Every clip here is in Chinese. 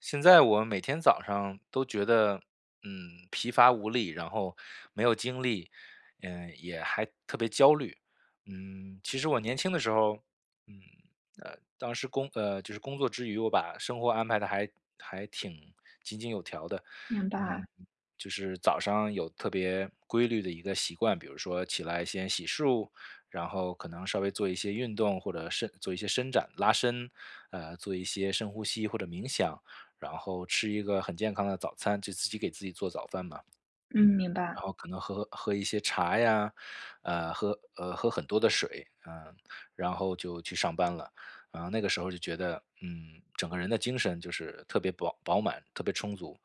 现在我每天早上都觉得，疲乏无力，然后没有精力，也还特别焦虑。其实我年轻的时候，嗯，当时就是工作之余，我把生活安排的还挺井井有条的。明白。嗯，就是早上有特别规律的一个习惯，比如说起来先洗漱，然后可能稍微做一些运动或者做一些伸展、拉伸，做一些深呼吸或者冥想。然后吃一个很健康的早餐，就自己给自己做早饭嘛。嗯。明白。然后可能喝一些茶呀，喝很多的水，然后就去上班了。然后那个时候就觉得，整个人的精神就是特别饱满，特别充足。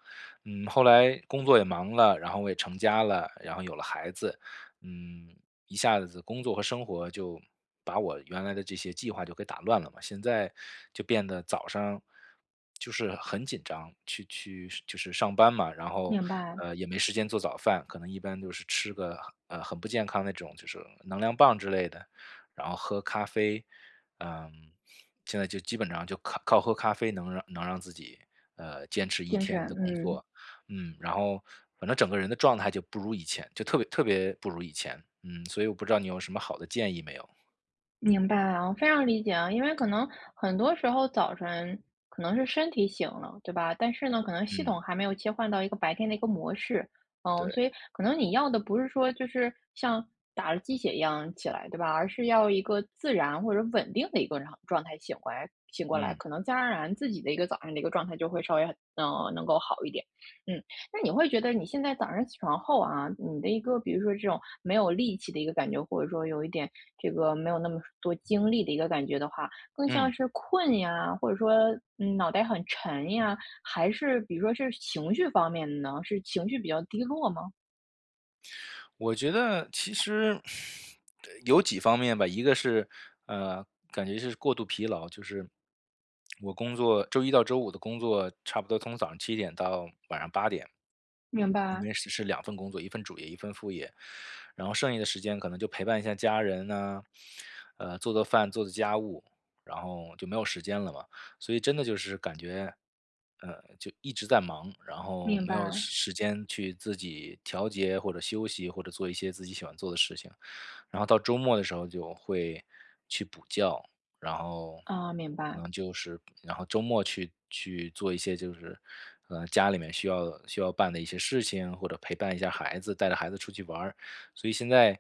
后来工作也忙了，然后我也成家了，然后有了孩子，嗯，一下子工作和生活就把我原来的这些计划就给打乱了嘛。现在就变得早上就是很紧张，去就是上班嘛，然后明白。也没时间做早饭，可能一般就是吃个很不健康那种，就是能量棒之类的，然后喝咖啡，嗯，现在就基本上就靠喝咖啡能让自己坚持一精神，天的工嗯。作，然后反正整个人的状态就不如以前，就特别特别不如以前。嗯，所以我不知道你有什么好的建议没有？明白啊，我非常理解啊。因为可能很多时候早晨可能是身体醒了，对吧？但是呢，可能系嗯，统还没有切换到一个白天的一个模式。对，所以可能你要的不是说就是像打了鸡血一样起来，对吧？而是要一个自然或者稳定的一个状态醒过来，醒过来，嗯可能自然而然自己的一个早上的一个状态就会稍微能够好一点。嗯。那你会觉得你现在早上起床后啊，你的一个比如说这种没有力气的一个感觉，或者说有一点这个没有那么多精力的一个感觉的话，更像嗯，是困呀，或者说，脑袋很沉呀，还是比如说是情绪方面的呢？是情绪比较低落吗？我觉得其实有几方面吧，一个是呃，感觉是过度疲劳，就是我工作周一到周五的工作，差不多从早上七点到晚上八点，明因白。为是两份工作，一份主业，一份副业，然后剩下的时间可能就陪伴一下家人呐，做做饭，做做家务，然后就没有时间了嘛。所以真的就是感觉，就一直在忙，然后明没有白。时间去自己调节或者休息，或者做一些自己喜欢做的事情。然后到周末的时候就会去补觉，然后啊，明可白。能就是然后周末去做一些就是，家里面需要办的一些事情，或者陪伴一下孩子，带着孩子出去玩儿。所以现在，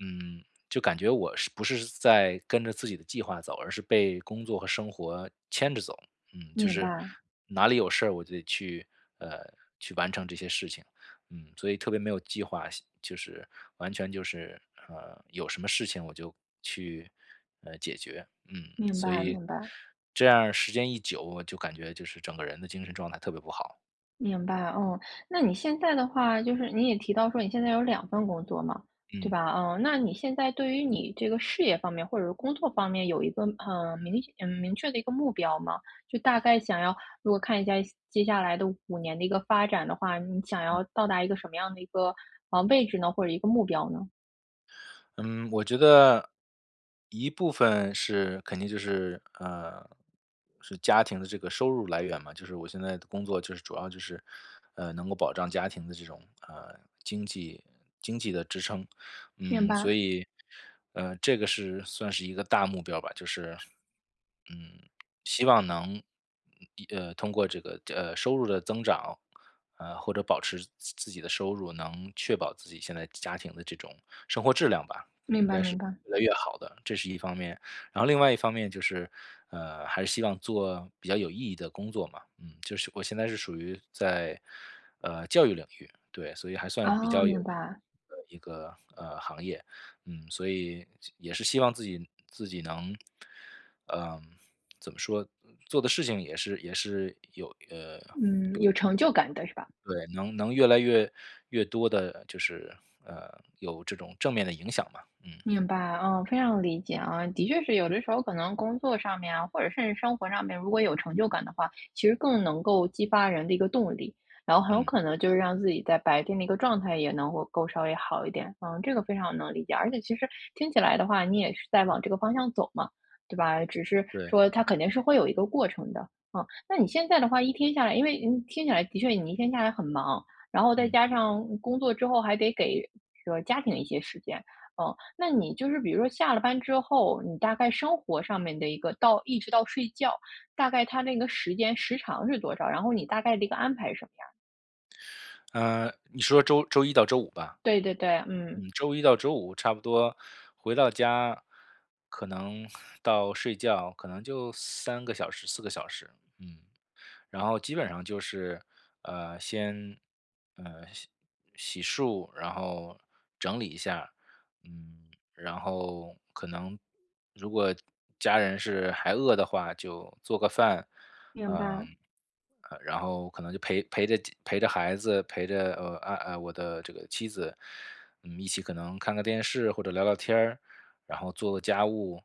嗯，就感觉我是不是在跟着自己的计划走，而是被工作和生活牵着走。嗯，就明是白。哪里有事儿我就得去，呃，去完成这些事情。所以特别没有计划就是完全就是有什么事情我就去解决，嗯，明所白。以明白。这样时间一久，我就感觉就是整个人的精神状态特别不好，明白，嗯。那你现在的话，就是你也提到说你现在有两份工作嘛，对嗯。吧？嗯，那你现在对于你这个事业方面或者是工作方面有一个，很明嗯，明确的一个目标吗？就大概想要，如果看一下接下来的5年的一个发展的话，你想要到达一个什么样的一个，位置呢？或者一个目标呢？嗯，我觉得一部分是肯定就是，是家庭的这个收入来源嘛，就是我现在的工作就是主要就是，能够保障家庭的这种，呃，经济经济的支撑。明所白。以，这个是算是一个大目标吧，就是，嗯，希望能，通过这个，收入的增长，或者保持自己的收入，能确保自己现在家庭的这种生活质量吧。明白明白。越来越好的，这是一方面。然后另外一方面就是，还是希望做比较有意义的工作嘛，嗯，就是我现在是属于在，教育领域，对，所以还算比哦，较有明意白啊，明白。义的一个，行业。嗯，所以也是希望自己能，嗯，怎么说，做的事情也是有嗯，有成就感的是吧？对，能能越来越多的，就是，呃，有这种正面的影响嘛。嗯，明白，嗯，非常理解啊。的确是有的时候可能工作上面啊，或者甚至生活上面，如果有成就感的话，其实更能够激发人的一个动力，然后很有嗯，可能就是让自己在白天的一个状态也能够稍微好一点。嗯，这个非常能理解。而且其实听起来的话，你也是在往这个方向走嘛，对吧？只是对，说它肯定是会有一个过程的。嗯，那你现在的话，一天下来，因为听起来的确你一天下来很忙，然后再嗯。加上工作之后还得给这个家庭一些时间。哦，那你就是比如说下了班之后，你大概生活上面的一个到一直到睡觉，大概它那个时间时长是多少？然后你大概的一个安排是什么样儿？嗯，你说周一到周五吧，对对对，嗯，嗯，周一到周五差不多回到家，可能到睡觉可能就三个小时、四个小时，嗯。然后基本上就是，先，呃，洗洗漱，然后整理一下，然后可能如果家人是还饿的话，就做个饭，明嗯，白然后可能就陪着孩子，陪着我的这个妻子，一起可能看个电视或者聊聊天儿，然后做个家务，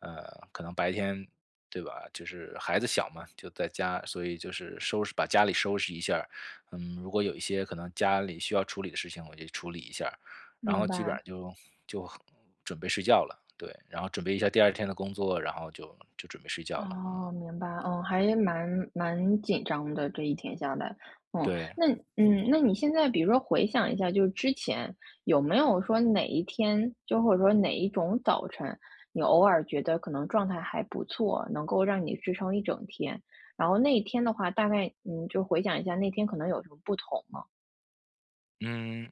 可能白天对吧？就是孩子小嘛，就在家，所以就是收拾把家里收拾一下儿，如果有一些可能家里需要处理的事情，我就处理一下儿，然明后基本白。上就准备睡觉了。对，然后准备一下第二天的工作，然后就准备睡觉了。哦，明白，嗯，还蛮紧张的，这一天下来。嗯，对，那那你现在比如说回想一下，就是之前有没有说哪一天，就或者说哪一种早晨，你偶尔觉得可能状态还不错，能够让你支撑一整天，然后那一天的话，大概嗯，就回想一下那天可能有什么不同吗？嗯。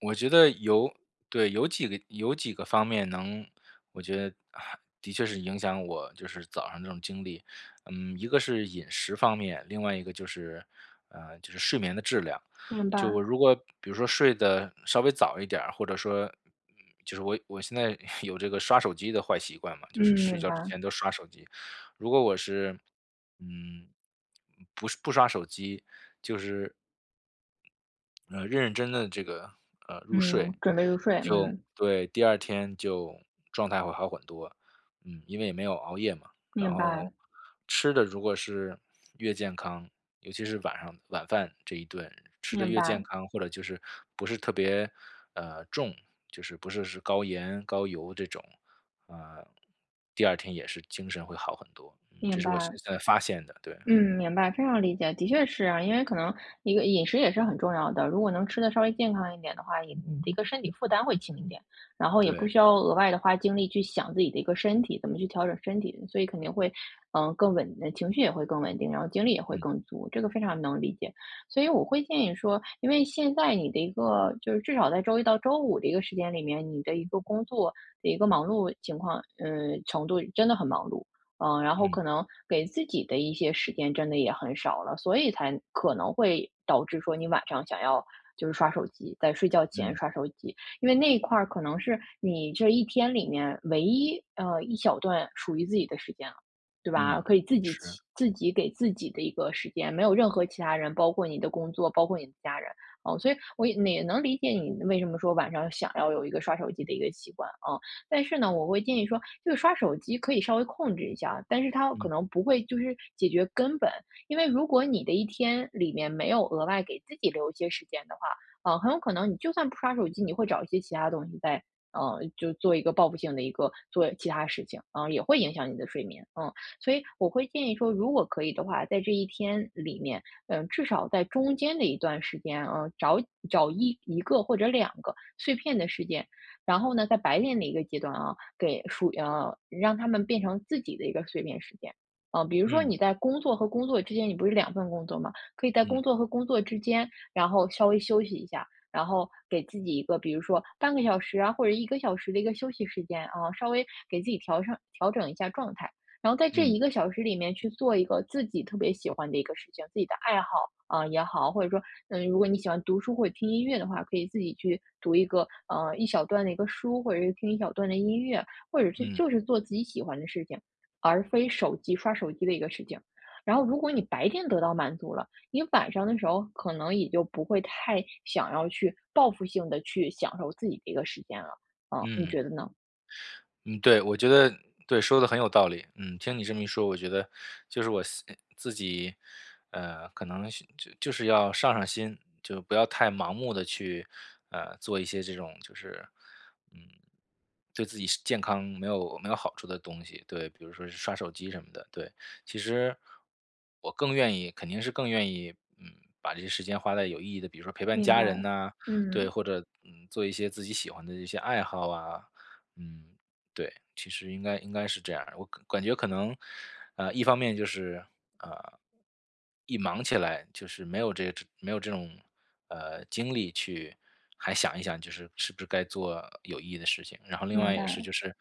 我觉得有对，有几个有几个方面能我觉得啊的确是影响我就是早上这种经历。嗯，一个是饮食方面，另外一个就是，就是睡眠的质量。明就白。我如果比如说睡得稍微早一点儿，或者说，嗯，就是我现在 有这个刷手机的坏习惯嘛，嗯，就是睡明觉之白。前都刷手机。如果我是，嗯，不是不刷手机，就是认认真真的这个，入睡，嗯，准备入睡，就嗯，对，第二天就状态会好很多。嗯，因为也没有熬夜嘛，然明白。后吃的如果是越健康，尤其是晚上晚饭这一顿，吃的明越健白。康，或者就是不是特别，重，就是不是高盐、高油这种，呃，第二天也是精神会好很多。嗯，这明是我现白。在发现的，对，嗯，明白，非常理解，的确是啊。因为可能一个饮食也是很重要的，如果能吃的稍微健康一点的话，也你的一个身体负担会轻一点，然后也不对，需要额外的花精力去想自己的一个身体怎么去调整身体，所以肯定会，更稳，情绪也会更稳定，然后精力也会嗯，更足。这个非常能理解。所以我会建议说，因为现在你的一个就是至少在周一到周五的一个时间里面，你的一个工作的一个忙碌情况，程度真的很忙碌。嗯，然后嗯，可能给自己的一些时间真的也很少了，所以才可能会导致说你晚上想要就是刷手机，在睡觉前嗯，刷手机。因为那一块儿可能是你这一天里面唯一一小段属于自己的时间了，对吧？嗯，可以自己是，起自己给自己的一个时间，没有任何其他人，包括你的工作，包括你的家人。哦，所以我也能理解你为什么说晚上想要有一个刷手机的一个习惯啊。但是呢，我会建议说，这个刷手机可以稍微控制一下，但是它可嗯，能不会就是解决根本。因为如果你的一天里面没有额外给自己留一些时间的话，啊，很有可能你就算不刷手机，你会找一些其他东西在，就做一个报复性的一个做其他事情，也会影响你的睡眠。嗯，所以我会建议说，如果可以的话，在这一天里面，至少在中间的一段时间，找找一个或者两个碎片的时间。然后呢，在白天的一个阶段啊，让他们变成自己的一个碎片时间。呃，比如说嗯。你在工作和工作之间，你不是两份工作嘛，可以在工嗯作和工作之间，然后稍微休息一下，然后给自己一个，比如说半个小时啊，或者一个小时的一个休息时间啊，稍微给自己调整一下状态。然后在这嗯一个小时里面去做一个自己特别喜欢的一个事情，自己的爱好，啊、也好，或者说，嗯，如果你喜欢读书或者听音乐的话，可以自己去读一个一小段的一个书，或者是听一小段的音乐，或者是嗯就是做自己喜欢的事情，而非手机刷手机的一个事情。然后，如果你白天得到满足了，你晚上的时候可能也就不会太想要去报复性的去享受自己的一个时间了。啊、你嗯，觉得呢？嗯，对，我觉得对，说的很有道理。嗯，听你这么一说，我觉得就是我自己，可能是就是要上心，就不要太盲目的去，做一些这种就是，嗯，对自己是健康没有好处的东西。对，比如说是刷手机什么的，对。其实我更愿意肯定是更愿意，嗯，把这些时间花在有意义的，比如说陪伴明白，家人呐，对，嗯，或者，做一些自己喜欢的一些爱好啊，嗯。对，其实应该是这样儿，我感觉可能，一方面就是，呃，一忙起来就是没有这种，精力去还想一想，就是是不是该做有意义的事情。然后另明外白。也是就是，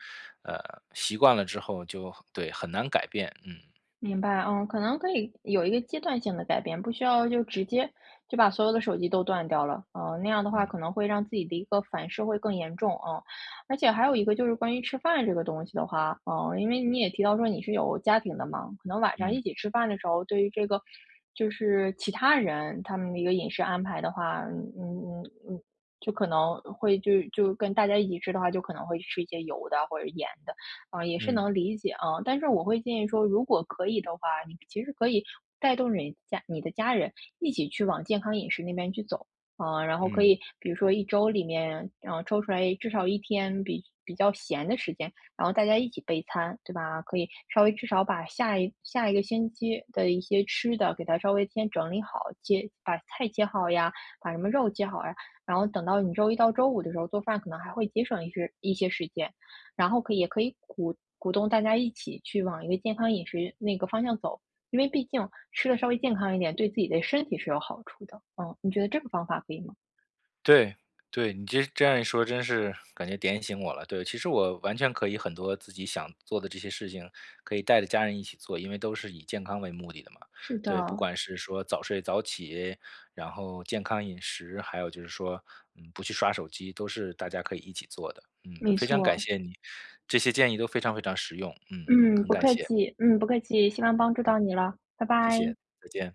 呃，习惯了之后就对，很难改变。嗯，明白，嗯，可能可以有一个阶段性的改变，不需要就直接就把所有的手机都断掉了。嗯，那样的话嗯，可能会让自己的一个反噬会更严重。嗯，而且还有一个就是关于吃饭这个东西的话，嗯，因为你也提到说你是有家庭的嘛，可能晚上嗯，一起吃饭的时候，对于这个就是其他人他们的一个饮食安排的话，嗯，就可能会就就跟大家一起吃的话，就可能会吃一些油的或者盐的。啊，也是嗯，能理解啊。但是我会建议说，如果可以的话，你其实可以带动人家你的家人一起去往健康饮食那边去走。啊，然后可嗯。以，比如说一周里面，嗯，抽出来至少一天比较闲的时间，然后大家一起备餐，对吧？可以稍微至少把下一个星期的一些吃的给它稍微先整理好，切把菜切好呀，把什么肉切好呀，然后等到你周一到周五的时候做饭，可能还会节省一些时间。然后可以也可以鼓动大家一起去往一个健康饮食那个方向走，因为毕竟吃的稍微健康一点，对自己的身体是有好处的。嗯，你觉得这个方法可以吗？对，对，你这样一说，真是感觉点醒我了。对，其实我完全可以很多自己想做的这些事情，可以带着家人一起做，因为都是以健康为目的的嘛。是对，不的，管是说早睡早起，然后健康饮食，还有就是说，不去刷手机，都是大家可以一起做的。嗯，没非常感错。谢你，这些建议都非常非常实用。嗯，嗯，很不感客谢，气，嗯，不客气，希望帮助到你了，拜谢拜。谢，再见。